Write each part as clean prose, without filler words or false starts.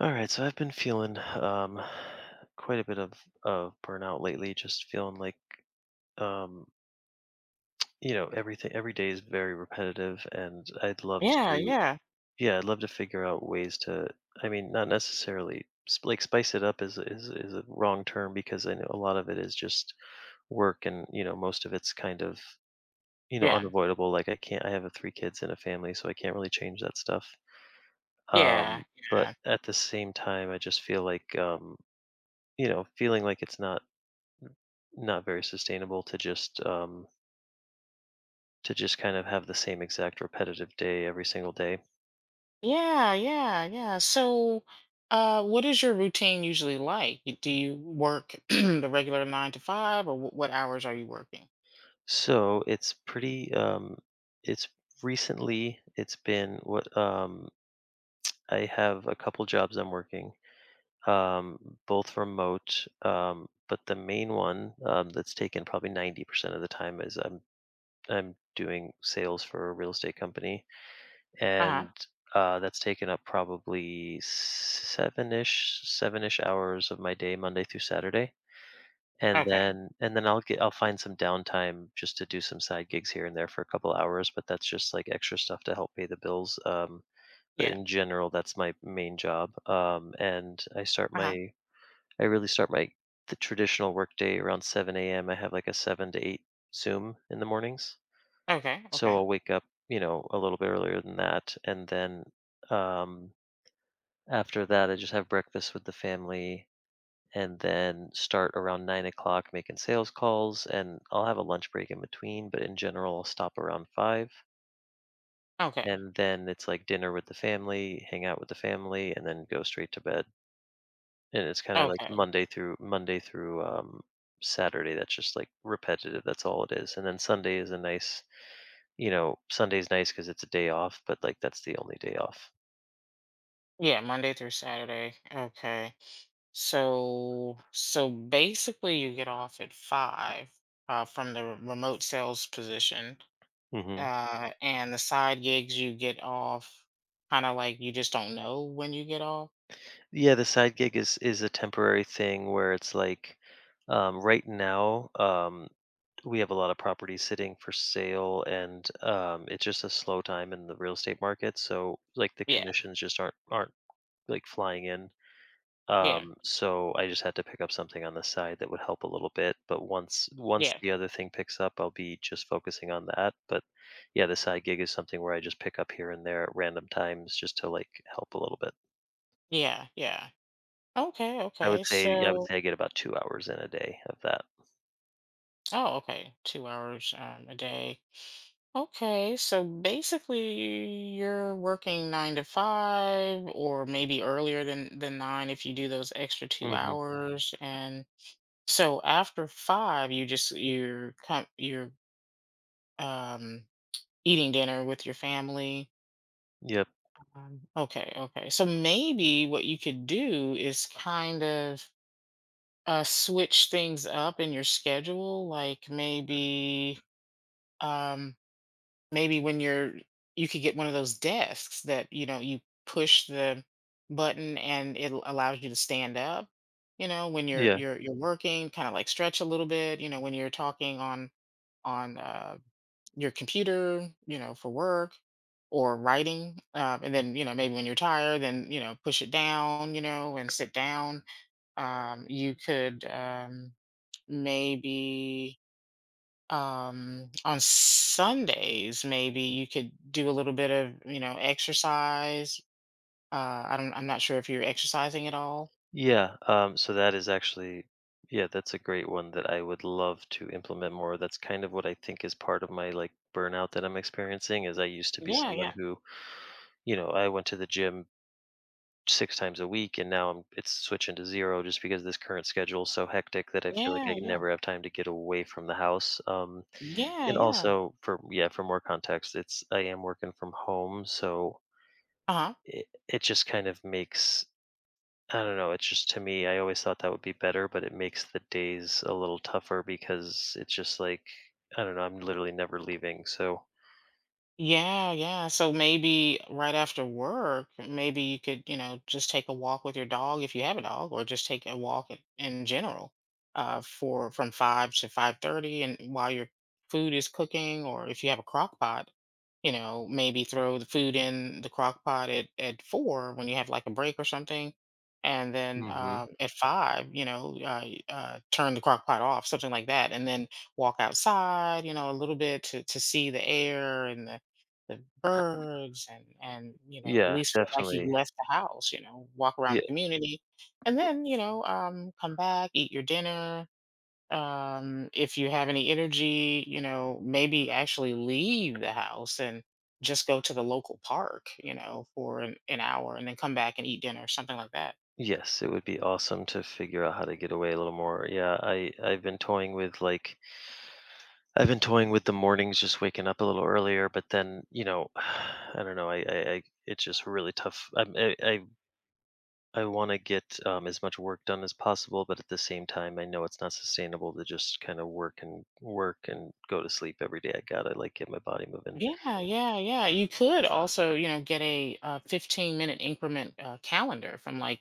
All right, so I've been feeling quite a bit of burnout lately. Just feeling like um, everything. Every day is very repetitive, and I'd love Yeah, to. yeah, Yeah, I'd love to figure out ways to. I mean, not necessarily like spice it up is a wrong term because I know a lot of it is just work, and you know most of it's kind of yeah, unavoidable. Like I can't. I have a three kids and a family, so I can't really change that stuff. Um, yeah, but yeah, at the same time, I just feel like. You know feeling like it's not very sustainable to just kind of have the same exact repetitive day every single day. yeah, yeah, yeah. So, what is your routine usually like? Do you work the regular nine to five, or what hours are you working? So it's pretty it's recently it's been what. I have a couple jobs I'm working, um both remote, but the main one, that's taken probably 90% of the time is I'm doing sales for a real estate company. Uh And huh. That's taken up probably seven-ish hours of my day, Monday through Saturday. And Okay. then and then I'll find some downtime just to do some side gigs here and there for a couple hours, but that's just like extra stuff to help pay the bills. But Yeah. in general, that's my main job. And Uh huh. I really start my the traditional workday around 7 a.m. I have like a 7 to 8 Zoom in the mornings. Okay. So Okay. I'll wake up, you know, a little bit earlier than that, and then um, after that, I just have breakfast with the family, and then start around 9 o'clock making sales calls, and I'll have a lunch break in between. But in general, I'll stop around five, Okay. and then it's like dinner with the family, hang out with the family, and then go straight to bed. And it's kind of like Okay. Monday through Saturday. That's just like repetitive. That's all it is. And then Sunday is a nice Sunday's nice because it's a day off, but like that's the only day off. Yeah, Monday through Saturday. Okay. So basically, you get off at five, from the remote sales position. Hmm. And the side gigs you get off, kind of like you just don't know when you get off. Yeah, the side gig is a temporary thing where it's like, right now, we have a lot of property sitting for sale, and it's just a slow time in the real estate market. So like the Yeah, commissions just aren't like flying in. yeah, So I just had to pick up something on the side that would help a little bit. But once yeah, the other thing picks up, I'll be just focusing on that. But yeah, the side gig is something where I just pick up here and there at random times just to like help a little bit. yeah, yeah. Okay, I okay. would say I would So, say I get about 2 hours in a day of that. oh, okay, 2 hours a day. Okay, so basically you're working nine to five, or maybe earlier than nine if you do those extra two Mm-hmm. hours. And so after five, you're um, eating dinner with your family. Yep. Okay, okay. So maybe what you could do is kind of switch things up in your schedule. Like um, maybe you could get one of those desks that you know you push the button and it allows you to stand up. You know, when you're Yeah. you're you're working, kind of like stretch a little bit. You know, when you're talking on on your computer, you know, for work or writing. And then, maybe when you're tired, then, push it down and sit down. You could maybe on Sundays, maybe you could do a little bit of exercise. I'm not sure if you're exercising at all. Yeah. So that is actually, yeah, that's a great one that I would love to implement more. That's kind of what I think is part of my like burnout that I'm experiencing is I used to be Yeah, someone yeah, who, you know, I went to the gym 6 times a week, and now I'm it's switching to 0 just because this current schedule is so hectic that I feel like yeah, I yeah, never have time to get away from the house, yeah, and yeah. also for yeah, for more context, it's I am working from home, so Uh huh. it just kind of makes, I don't know, it's just to me, I always thought that would be better, but it makes the days a little tougher because it's just like, I don't know, I'm literally never leaving, so. Yeah, yeah. So maybe right after work, maybe you could just take a walk with your dog if you have a dog, or just take a walk in general, for from 5 to 5:30, and while your food is cooking, or if you have a crock pot, maybe throw the food in the crock pot at 4 when you have like a break or something, and then Mhm. At 5, turn the crock pot off, something like that, and then walk outside, a little bit to see the air and the birds, and, at Yeah, least feel like definitely. you left the house, walk around the Yeah. community, and then come back, eat your dinner. If you have any energy, maybe actually leave the house and just go to the local park, for an hour, and then come back and eat dinner, something like that. Yes, it would be awesome to figure out how to get away a little more. Yeah, I've been toying with like I've been toying with the mornings, just waking up a little earlier. But then you know, I don't know. I it's just really tough. I'm, I want to get as much work done as possible, but at the same time, I know it's not sustainable to just kind of work and work and go to sleep every day. I gotta like get my body moving. Yeah, yeah, yeah. You could also get a 15-minute increment calendar from like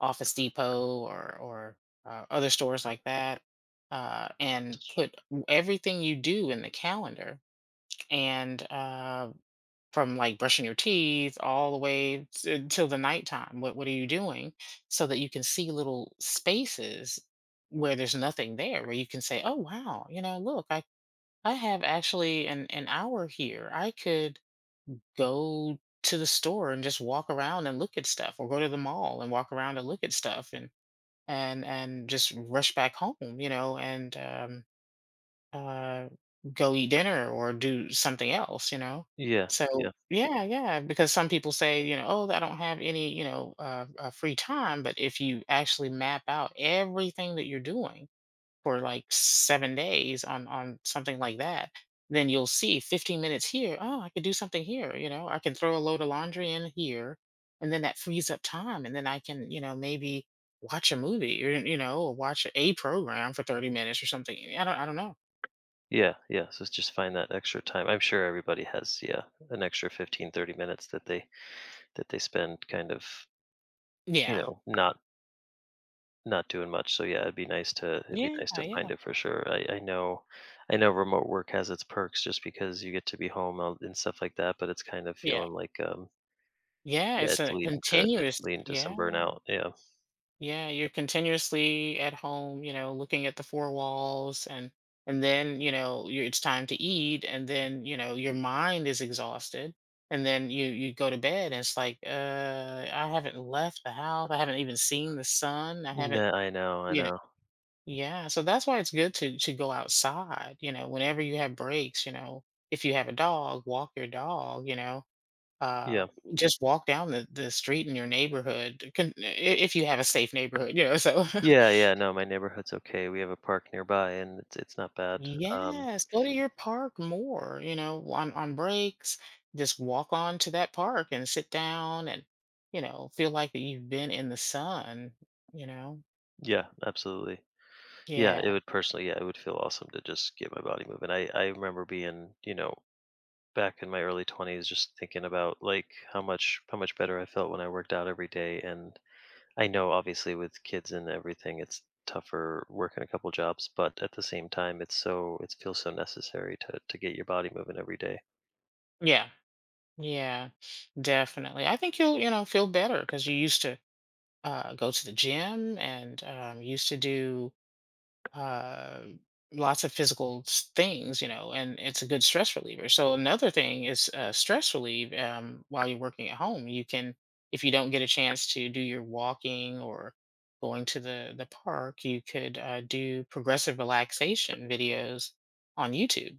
Office Depot or other stores like that, and put everything you do in the calendar. And from like brushing your teeth all the way till the nighttime, what are you doing, so that you can see little spaces where there's nothing there, where you can say, "Oh wow, look, I have actually an hour here. I could go to the store and just walk around and look at stuff, or go to the mall and walk around and look at stuff and just rush back home," you know, and uh, go eat dinner or do something else. Yeah, So yeah. yeah, yeah, because some people say, "Oh, I don't have any, free time." But if you actually map out everything that you're doing for like 7 days on something like that, then you'll see 15 minutes here. "Oh, I could do something here," "I can throw a load of laundry in here," and then that frees up time, and then I can, maybe watch a movie, or watch a program for 30 minutes or something. I don't know. Yeah, yeah. So it's just find that extra time. I'm sure everybody has, yeah, an extra 15-30 minutes that they spend kind of, you Yeah. know, not doing much. So yeah, it'd be nice to it'd be Yeah, nice to find yeah. it for sure. I know remote work has its perks just because you get to be home and stuff like that, but it's kind of Yeah. feeling like Yeah, yeah, it's a it's continuous. leading to some Yeah. burnout. Yeah. Yeah, you're continuously at home, looking at the four walls, and then, you it's time to eat, and then, your mind is exhausted, and then you go to bed and it's like, "I haven't left the house. I haven't even seen the sun. I haven't, Nah, I know, I you know, know. yeah, so that's why it's good to go outside, whenever you have breaks, if you have a dog, walk your dog, Yeah. uh, just walk down the street in your neighborhood, can I if you have a safe neighborhood, so. Yeah, yeah, no, my neighborhood's okay. We have a park nearby and it's not bad. Um, Yes, go to your park more, on breaks, just walk on to that park and sit down and, feel like that you've been in the sun, you know? yeah, absolutely. Yeah, it Yeah. would personally yeah, it would feel awesome to just get my body moving. I remember being, you know, back in my early 20s just thinking about like how much better I felt when I worked out every day. And I know obviously with kids and everything it's tougher working a couple jobs, but at the same time it's so it feels so necessary to get your body moving every day. Yeah. Yeah. Definitely. I think you'll, feel better because you used to, go to the gym, and used to do uh, lots of physical things, and it's a good stress reliever. So another thing is stress relief while you're working at home. You can, if you don't get a chance to do your walking or going to the park, you could do progressive relaxation videos on YouTube.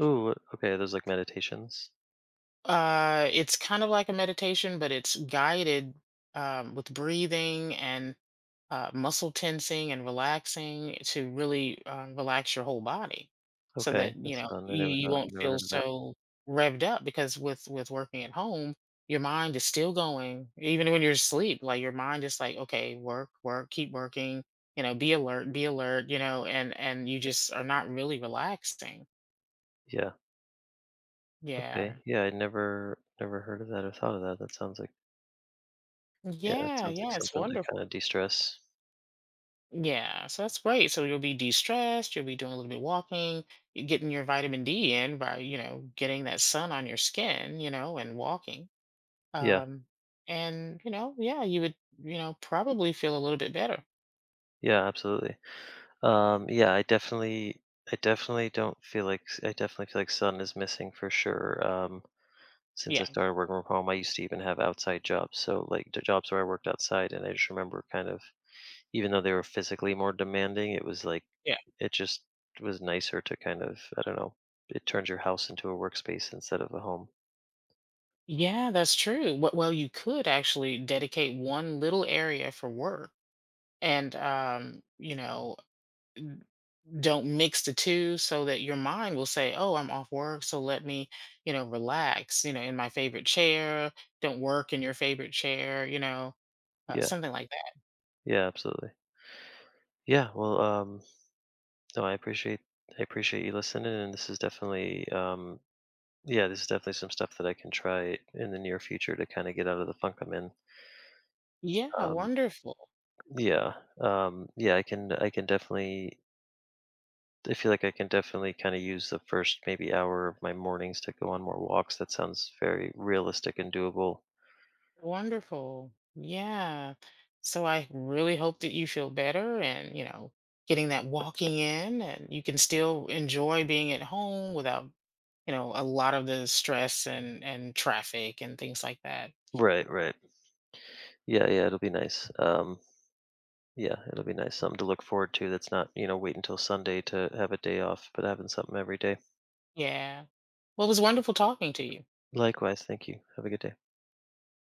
Ooh, okay, those like meditations. It's kind of like a meditation, but it's guided with breathing and muscle tensing and relaxing to really relax your whole body, so Okay, that you that's know fun. I you, you won't never feel heard of that. so revved up, because with working at home your mind is still going. Even when you're asleep, like, your mind is like, "Okay, work, work, keep working, be alert, be alert," and and you just are not really relaxing. Yeah. Yeah, Okay. Yeah, I never heard of that or thought of that. That sounds like yeah, that yeah, sounds like yeah, it's something to kind wonderful. of de-stress. Yeah, so that's great. So you'll be de-stressed, you'll be doing a little bit of walking, you're getting your vitamin D in by, getting that sun on your skin, you know, and walking. Yeah. Um, and, yeah, you would, probably feel a little bit better. Yeah, absolutely. Yeah, I definitely don't feel like I definitely feel like sun is missing for sure. Since I Yeah. started working from home, I used to even have outside jobs, so like the jobs where I worked outside, and I just remember kind of, even though they were physically more demanding, it was like, Yeah. it just was nicer to kind of, I don't know, it turns your house into a workspace instead of a home. Yeah, that's true. Well, you could actually dedicate one little area for work, and don't mix the two, so that your mind will say, "Oh, I'm off work, so let me relax in my favorite chair." Don't work in your favorite chair. uh, Yeah, something like that. yeah, absolutely. Yeah, well, no, I appreciate you listening, and this is definitely yeah, this is definitely some stuff that I can try in the near future to kind of get out of the funk I'm in. Yeah, Um, wonderful. yeah, yeah, I can definitely. I feel like I can definitely kind of use the first maybe hour of my mornings to go on more walks. That sounds very realistic and doable. Wonderful, yeah. So I really hope that you feel better, and getting that walking in, and you can still enjoy being at home without, you know, a lot of the stress and traffic and things like that. Right, right. Yeah, yeah, it'll be nice. Yeah, it'll be nice. Something to look forward to. That's not you know wait until Sunday to have a day off, but having something every day. Yeah, well, it was wonderful talking to you. Likewise, thank you. Have a good day.